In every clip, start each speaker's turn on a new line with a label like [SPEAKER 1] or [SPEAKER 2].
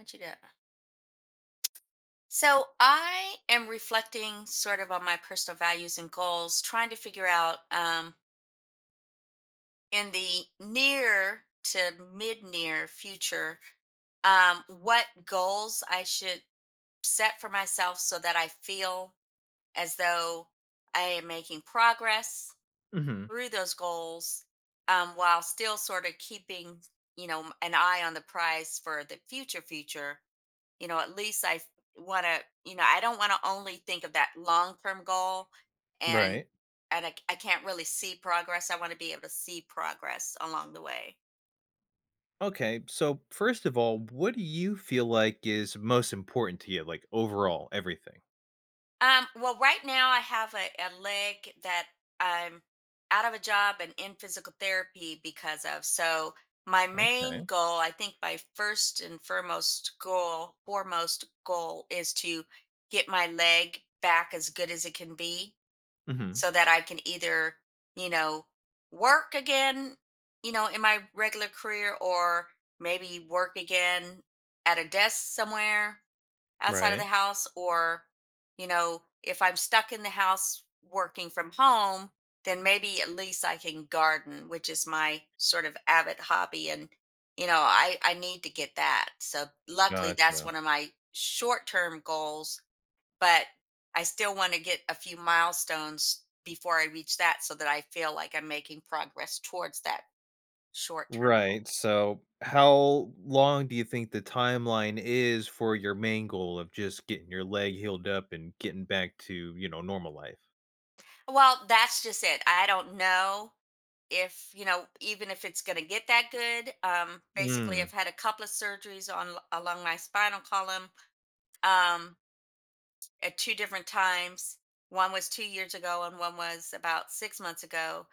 [SPEAKER 1] What you do? So I am reflecting sort of on my personal values and goals, trying to figure out, in the near to mid near future, what goals I should set for myself so that I feel as though I am making progress
[SPEAKER 2] Hmm.
[SPEAKER 1] through those goals, while still sort of keeping, you know, an eye on the prize for the future. At least I want to, I don't want to only think of that long term goal. and
[SPEAKER 2] Right.
[SPEAKER 1] and I can't really see progress. I want to be able to see progress along the way.
[SPEAKER 2] Okay. So, first of all, what do you feel like is most important to you? Like, overall, everything.
[SPEAKER 1] Well, right now I have a leg that I'm — out of a job and in physical therapy because of. So my main
[SPEAKER 2] Okay.
[SPEAKER 1] goal, I think, my first and foremost goal, is to get my leg back as good as it can be,
[SPEAKER 2] Hmm.
[SPEAKER 1] so that I can either, you know, work again, you know, in my regular career, or maybe work again at a desk somewhere outside of the
[SPEAKER 2] Right.
[SPEAKER 1] house, or, you know, if I'm stuck in the house working from home, then maybe at least I can garden, which is my sort of avid hobby. And, you know, I need to get that. So luckily that's
[SPEAKER 2] Gotcha.
[SPEAKER 1] one of my short-term goals, but I still want to get a few milestones before I reach that, so that I feel like I'm making progress towards that short term
[SPEAKER 2] Right. So, how long do you think the timeline is for your main goal of just getting your leg healed up and getting back to, you know, normal life?
[SPEAKER 1] goal. Well, that's just it. I don't know if, you know, even if it's going to get that good. Basically,
[SPEAKER 2] Mm.
[SPEAKER 1] I've had a couple of surgeries on along my spinal column. Um, at two different times. One was 2 years ago, and one was about 6 months ago.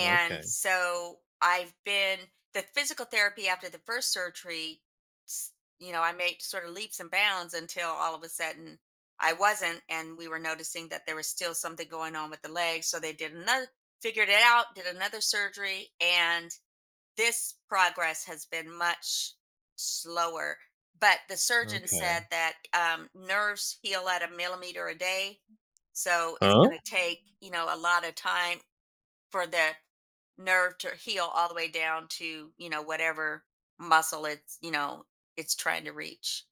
[SPEAKER 2] Okay.
[SPEAKER 1] so I've been the physical therapy after the first surgery. s- You know, I made sort of leaps and bounds until all of a sudden I wasn't, and we were noticing that there was still something going on with the leg. So they did another, figured it out, did another surgery, and this progress has been much slower. But the surgeon
[SPEAKER 2] Okay.
[SPEAKER 1] said that nerves heal at a millimeter a day. So it's
[SPEAKER 2] Huh?
[SPEAKER 1] going to take, you know, a lot of time for the nerve to heal all the way down to, you know, whatever muscle it's, you know, it's trying to reach.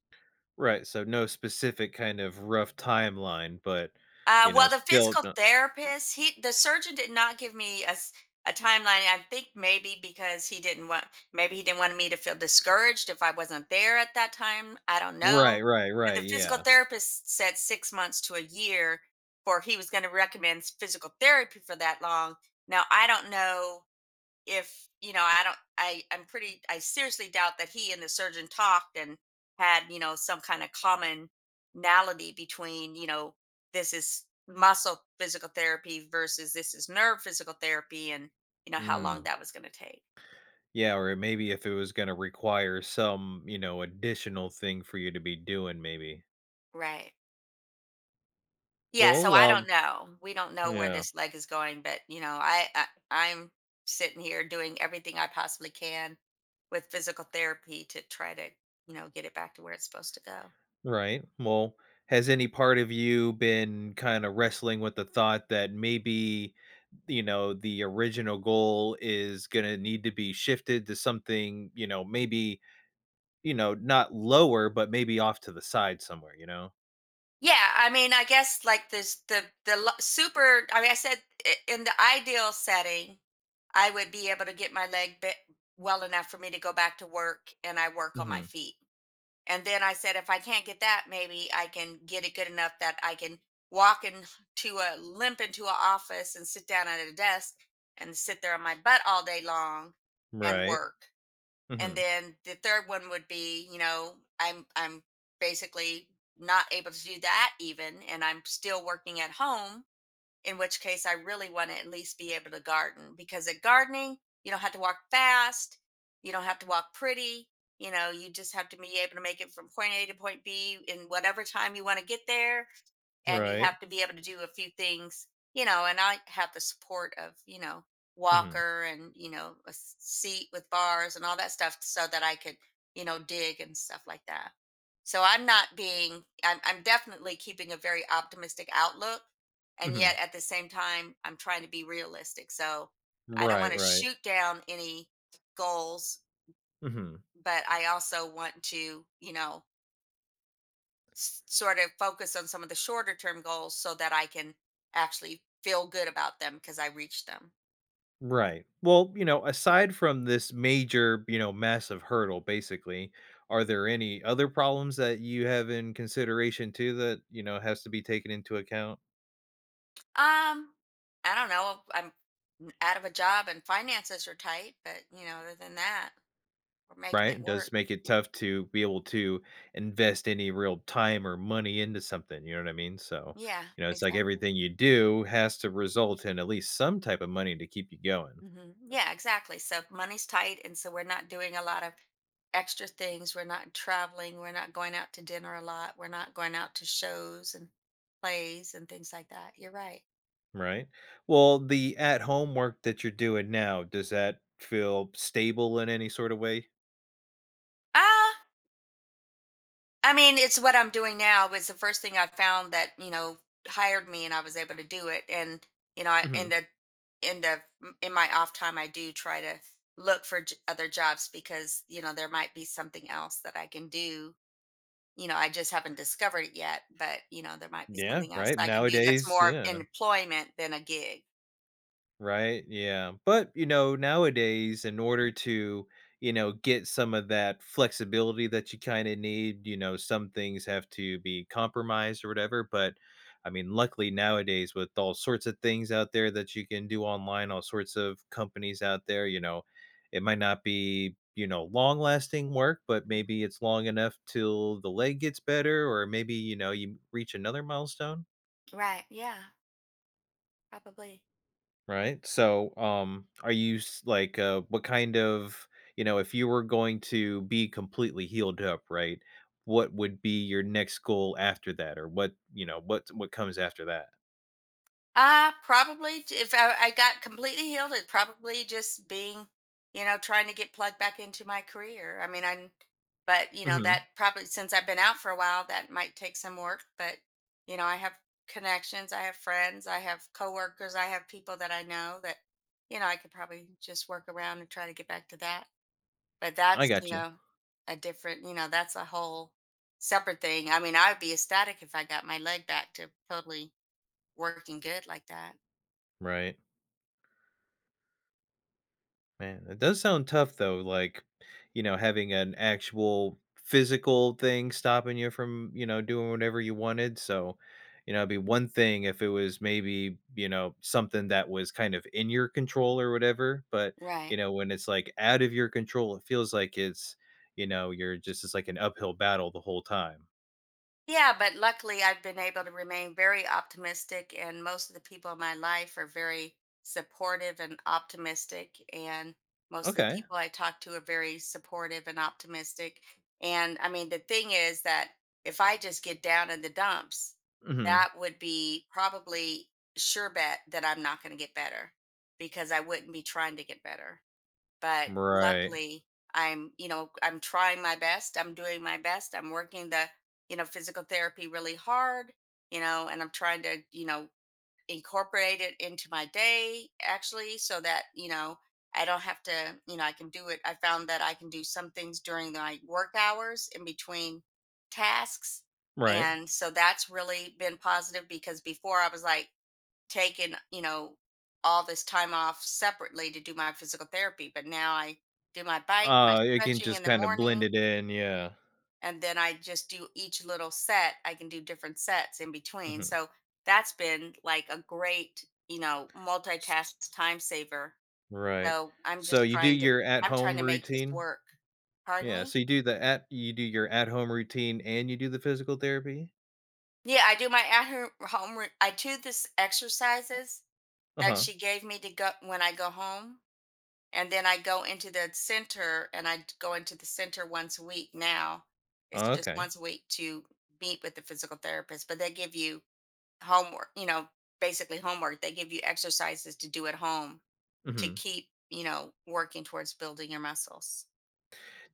[SPEAKER 2] Right. So, no specific kind of rough timeline, but,
[SPEAKER 1] Uh,
[SPEAKER 2] you know,
[SPEAKER 1] well, the
[SPEAKER 2] still.
[SPEAKER 1] physical
[SPEAKER 2] No-
[SPEAKER 1] therapist, he the surgeon did not give me a timeline. I think maybe because he didn't want maybe he didn't want me to feel discouraged if I wasn't there at that time. I don't
[SPEAKER 2] Right.
[SPEAKER 1] know.
[SPEAKER 2] Right.
[SPEAKER 1] But the
[SPEAKER 2] Right.
[SPEAKER 1] physical
[SPEAKER 2] Yeah.
[SPEAKER 1] therapist said 6 months to a year, for he was going to recommend physical therapy for that long. Now I don't know if, I don't I I'm pretty I seriously doubt that he and the surgeon talked and had, you know, some kind of commonality between, you know, this is muscle physical therapy versus this is nerve physical therapy, and, you know, how long
[SPEAKER 2] Mm.
[SPEAKER 1] that was going to take.
[SPEAKER 2] Yeah, or maybe if it was gonna require some, you know, additional thing for you to be doing, maybe.
[SPEAKER 1] Right. Yeah. So
[SPEAKER 2] Well,
[SPEAKER 1] I don't know, we don't know where
[SPEAKER 2] yeah,
[SPEAKER 1] this leg is going, but, you know, I'm sitting here doing everything I possibly can with physical therapy to try to, you know, get it back to where it's supposed to go.
[SPEAKER 2] right. Well, has any part of you been kind of wrestling with the thought that maybe, you know, the original goal is gonna need to be shifted to something, you know, maybe, you know, not lower, but maybe off to the side somewhere, you know?
[SPEAKER 1] Yeah, I mean, I guess like this, super. I mean, I said, in the ideal setting, I would be able to get my leg bit well enough for me to go back to work, and I work on my
[SPEAKER 2] Mhm.
[SPEAKER 1] feet. And then I said, if I can't get that, maybe I can get it good enough that I can walk into a limp into an office and sit down at a desk and sit there on my butt all day long and
[SPEAKER 2] Right.
[SPEAKER 1] work. And
[SPEAKER 2] Mhm.
[SPEAKER 1] then the third one would be, you know, I'm basically not able to do that even, and I'm still working at home, in which case I really want to at least be able to garden, because at gardening you don't have to walk fast, you don't have to walk pretty, you know, you just have to be able to make it from point A to point B in whatever time you want to get there. And you
[SPEAKER 2] Right.
[SPEAKER 1] have to be able to do a few things, you know, and I have the support of, you know,
[SPEAKER 2] Mhm.
[SPEAKER 1] walker and, you know, a seat with bars and all that stuff, so that I could, you know, dig and stuff like that. So I'm not being, I'm definitely keeping a very optimistic outlook. And yet
[SPEAKER 2] Mhm.
[SPEAKER 1] at the same time, I'm trying to be realistic. So I don't
[SPEAKER 2] Right,
[SPEAKER 1] want to
[SPEAKER 2] right.
[SPEAKER 1] shoot down any goals,
[SPEAKER 2] Mhm.
[SPEAKER 1] but I also want to, you know, sort of focus on some of the shorter term goals so that I can actually feel good about them because I reached them.
[SPEAKER 2] Right. Well, you know, aside from this major, you know, massive hurdle, basically, are there any other problems that you have in consideration too that, you know, has to be taken into account?
[SPEAKER 1] Um, I don't know. I'm out of a job and finances are tight, but, you know, other than that, we're making
[SPEAKER 2] Right.
[SPEAKER 1] it
[SPEAKER 2] It does
[SPEAKER 1] work.
[SPEAKER 2] make it tough to be able to invest any real time or money into something. You know what I mean? So,
[SPEAKER 1] Yeah,
[SPEAKER 2] you know, it's like
[SPEAKER 1] exactly.
[SPEAKER 2] everything you do has to result in at least some type of money to keep you going.
[SPEAKER 1] Hmm. Yeah, exactly. So money's tight, and so we're not doing a lot of extra things. We're not traveling. We're not going out to dinner a lot. We're not going out to shows and plays and things like that. You're right.
[SPEAKER 2] Right. Well, the at home work that you're doing now, does that feel stable in any sort of way?
[SPEAKER 1] Uh I mean, it's what I'm doing now. It's the first thing I found that, you know, hired me, and I was able to do it. And, you know, I, in
[SPEAKER 2] Mhm.
[SPEAKER 1] the, in the, in my off time, I do try to look for other jobs, because, you know, there might be something else that I can do. You know, I just haven't discovered it yet, but, you know, there might be
[SPEAKER 2] Yeah,
[SPEAKER 1] something else
[SPEAKER 2] right,
[SPEAKER 1] I can do that's
[SPEAKER 2] nowadays,
[SPEAKER 1] more
[SPEAKER 2] yeah,
[SPEAKER 1] employment than a gig.
[SPEAKER 2] right, yeah, but, you know, nowadays, in order to, you know, get some of that flexibility that you kinda need, you know, some things have to be compromised or whatever, but, I mean, luckily nowadays with all sorts of things out there that you can do online, all sorts of companies out there, you know, it might not be, you know, long-lasting work, but
[SPEAKER 1] Mhm.
[SPEAKER 2] maybe it's long enough till the leg gets better or maybe, you know, you reach another milestone.
[SPEAKER 1] Right. Yeah. Probably.
[SPEAKER 2] Right? So, are you s like, what kind of, you know, if you were going to be completely healed up, right, what would be your next goal after that? Or what you know, what comes after that?
[SPEAKER 1] Probably, if I got completely healed, it probably just being, you know, trying to get plugged back into my career. I mean, but you know,
[SPEAKER 2] Mhm.
[SPEAKER 1] that probably, since I've been out for a while, that might take some work. But, you know, I have connections, I have friends, I have coworkers, I have people that I know that, you know, I could probably just work around and try to get back to that. But
[SPEAKER 2] I
[SPEAKER 1] that's,
[SPEAKER 2] got
[SPEAKER 1] you
[SPEAKER 2] you.
[SPEAKER 1] know, a different, you know, that's a whole separate thing. I mean, I would be ecstatic if I got my leg back to totally working good like that.
[SPEAKER 2] Right. Man, it does sound tough though, like, you know, having an actual physical thing stopping you from, you know, doing whatever you wanted. So, you know, it'd be one thing if it was maybe, you know, something that was kind of in your control or whatever. But, you
[SPEAKER 1] Right.
[SPEAKER 2] know, when it's like out of your control, it feels like it's, you know, you're just, it's like an uphill battle the whole time.
[SPEAKER 1] Yeah, but luckily I've been able to remain very optimistic, and most of the people in my life are very supportive and optimistic, and most of the
[SPEAKER 2] Okay.
[SPEAKER 1] people I talk to are very supportive and optimistic. And I mean the thing is that if I just get down in the dumps,
[SPEAKER 2] Hmm.
[SPEAKER 1] that would be probably sure bet that I'm not going to get better, because I wouldn't be trying to get better. But
[SPEAKER 2] Right.
[SPEAKER 1] luckily, I'm trying my best. I'm doing my best. I'm working the, you know, physical therapy really hard, you know, and I'm trying to, you know, incorporate it into my day actually, so that, you know, I don't have to, you know, I can do it. I found that I can do some things during my work hours in between tasks.
[SPEAKER 2] Right.
[SPEAKER 1] And so that's really been positive, because before I was like, taken, you know, all this time off separately to do my physical therapy, but now I do my bike, my
[SPEAKER 2] It can
[SPEAKER 1] stretching
[SPEAKER 2] just
[SPEAKER 1] in the
[SPEAKER 2] kind of blend
[SPEAKER 1] morning,
[SPEAKER 2] it in. Yeah.
[SPEAKER 1] and then I just do each little set. I can do different sets in between.
[SPEAKER 2] Hmm.
[SPEAKER 1] So that's been like a great, you know, multitask time saver.
[SPEAKER 2] Right.
[SPEAKER 1] So
[SPEAKER 2] So you do your
[SPEAKER 1] I'm trying
[SPEAKER 2] at-home
[SPEAKER 1] to make this
[SPEAKER 2] routine?
[SPEAKER 1] work. Pardon
[SPEAKER 2] Yeah,
[SPEAKER 1] me?
[SPEAKER 2] so you do your at-home routine and you do the physical therapy?
[SPEAKER 1] Yeah, I do my at her home. I do this exercises that
[SPEAKER 2] Uh-huh.
[SPEAKER 1] she gave me to go when I go home. And then I go into the center, and I go into the center once a week now. It's
[SPEAKER 2] Oh,
[SPEAKER 1] just
[SPEAKER 2] okay.
[SPEAKER 1] once a week to meet with the physical therapist, but they give you homework, you know, basically homework. They give you exercises to do at home to
[SPEAKER 2] Mhm.
[SPEAKER 1] keep, you know, working towards building your muscles.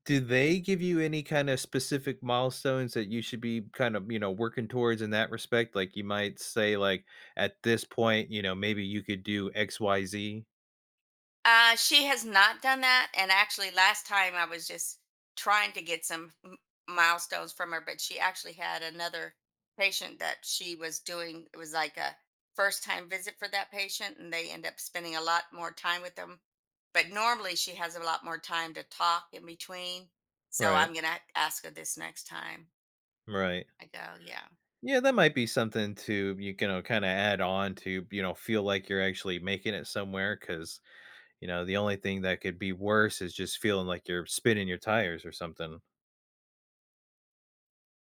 [SPEAKER 2] Do they give you any kinda specific milestones that you should be kind of, you know, working towards in that respect? Like, you might say, like, "At this point, you know, maybe you could do XYZ."
[SPEAKER 1] She has not done that. And actually, last time I was just trying to get some milestones from her, but she actually had another patient that she was doing. It was like a first time visit for that patient, and they end up spending a lot more time with them. But normally, she has a lot more time to talk in between. So
[SPEAKER 2] Right.
[SPEAKER 1] I'm going to ask her this next time
[SPEAKER 2] Right.
[SPEAKER 1] I go. Yeah.
[SPEAKER 2] Yeah, that might be something to, you know, kinda add on to, you know, feel like you're actually making it somewhere because. You know, the only thing that could be worse is just feeling like you're spinning your tires or something.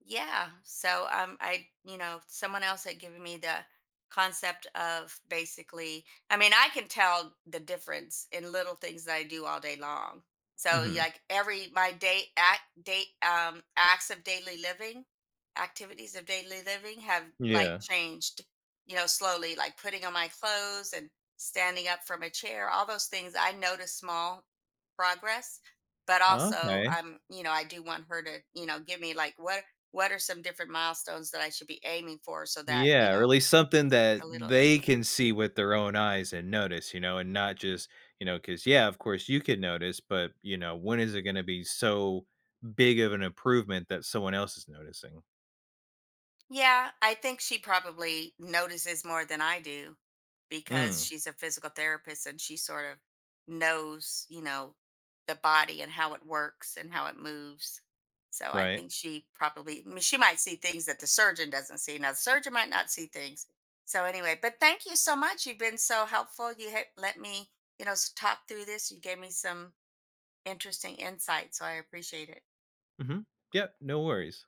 [SPEAKER 1] Yeah. So, someone else had given me the concept of basically, I mean, I can tell the difference in little things that I do all day long. So
[SPEAKER 2] Mhm.
[SPEAKER 1] like every my day act day acts of daily living, activities of daily living have like
[SPEAKER 2] Yeah.
[SPEAKER 1] changed, you know, slowly, like putting on my clothes and standing up from a chair — all those things I notice small progress. But also,
[SPEAKER 2] Okay.
[SPEAKER 1] I do want her to, you know, give me like what are some different milestones that I should be aiming for, so that,
[SPEAKER 2] Yeah,
[SPEAKER 1] you
[SPEAKER 2] or
[SPEAKER 1] know,
[SPEAKER 2] at least something that
[SPEAKER 1] a little
[SPEAKER 2] they
[SPEAKER 1] e
[SPEAKER 2] can see with their own eyes and notice, you know, and not just, you know, because, yeah, of course you can notice, but, you know, when is it going to be so big of an improvement that someone else is noticing?
[SPEAKER 1] Yeah, I think she probably notices more than I do, because
[SPEAKER 2] Mm,
[SPEAKER 1] she's a physical therapist, and she sort of knows, you know, the body and how it works and how it moves. So I
[SPEAKER 2] right.
[SPEAKER 1] think she probably, I mean, she might see things that the surgeon doesn't see. Now, the surgeon might not see things. So anyway, but thank you so much. You've been so helpful. You let me, you know, talk through this. You gave me some interesting insight. So I appreciate it.
[SPEAKER 2] Hmm. Yep. No worries.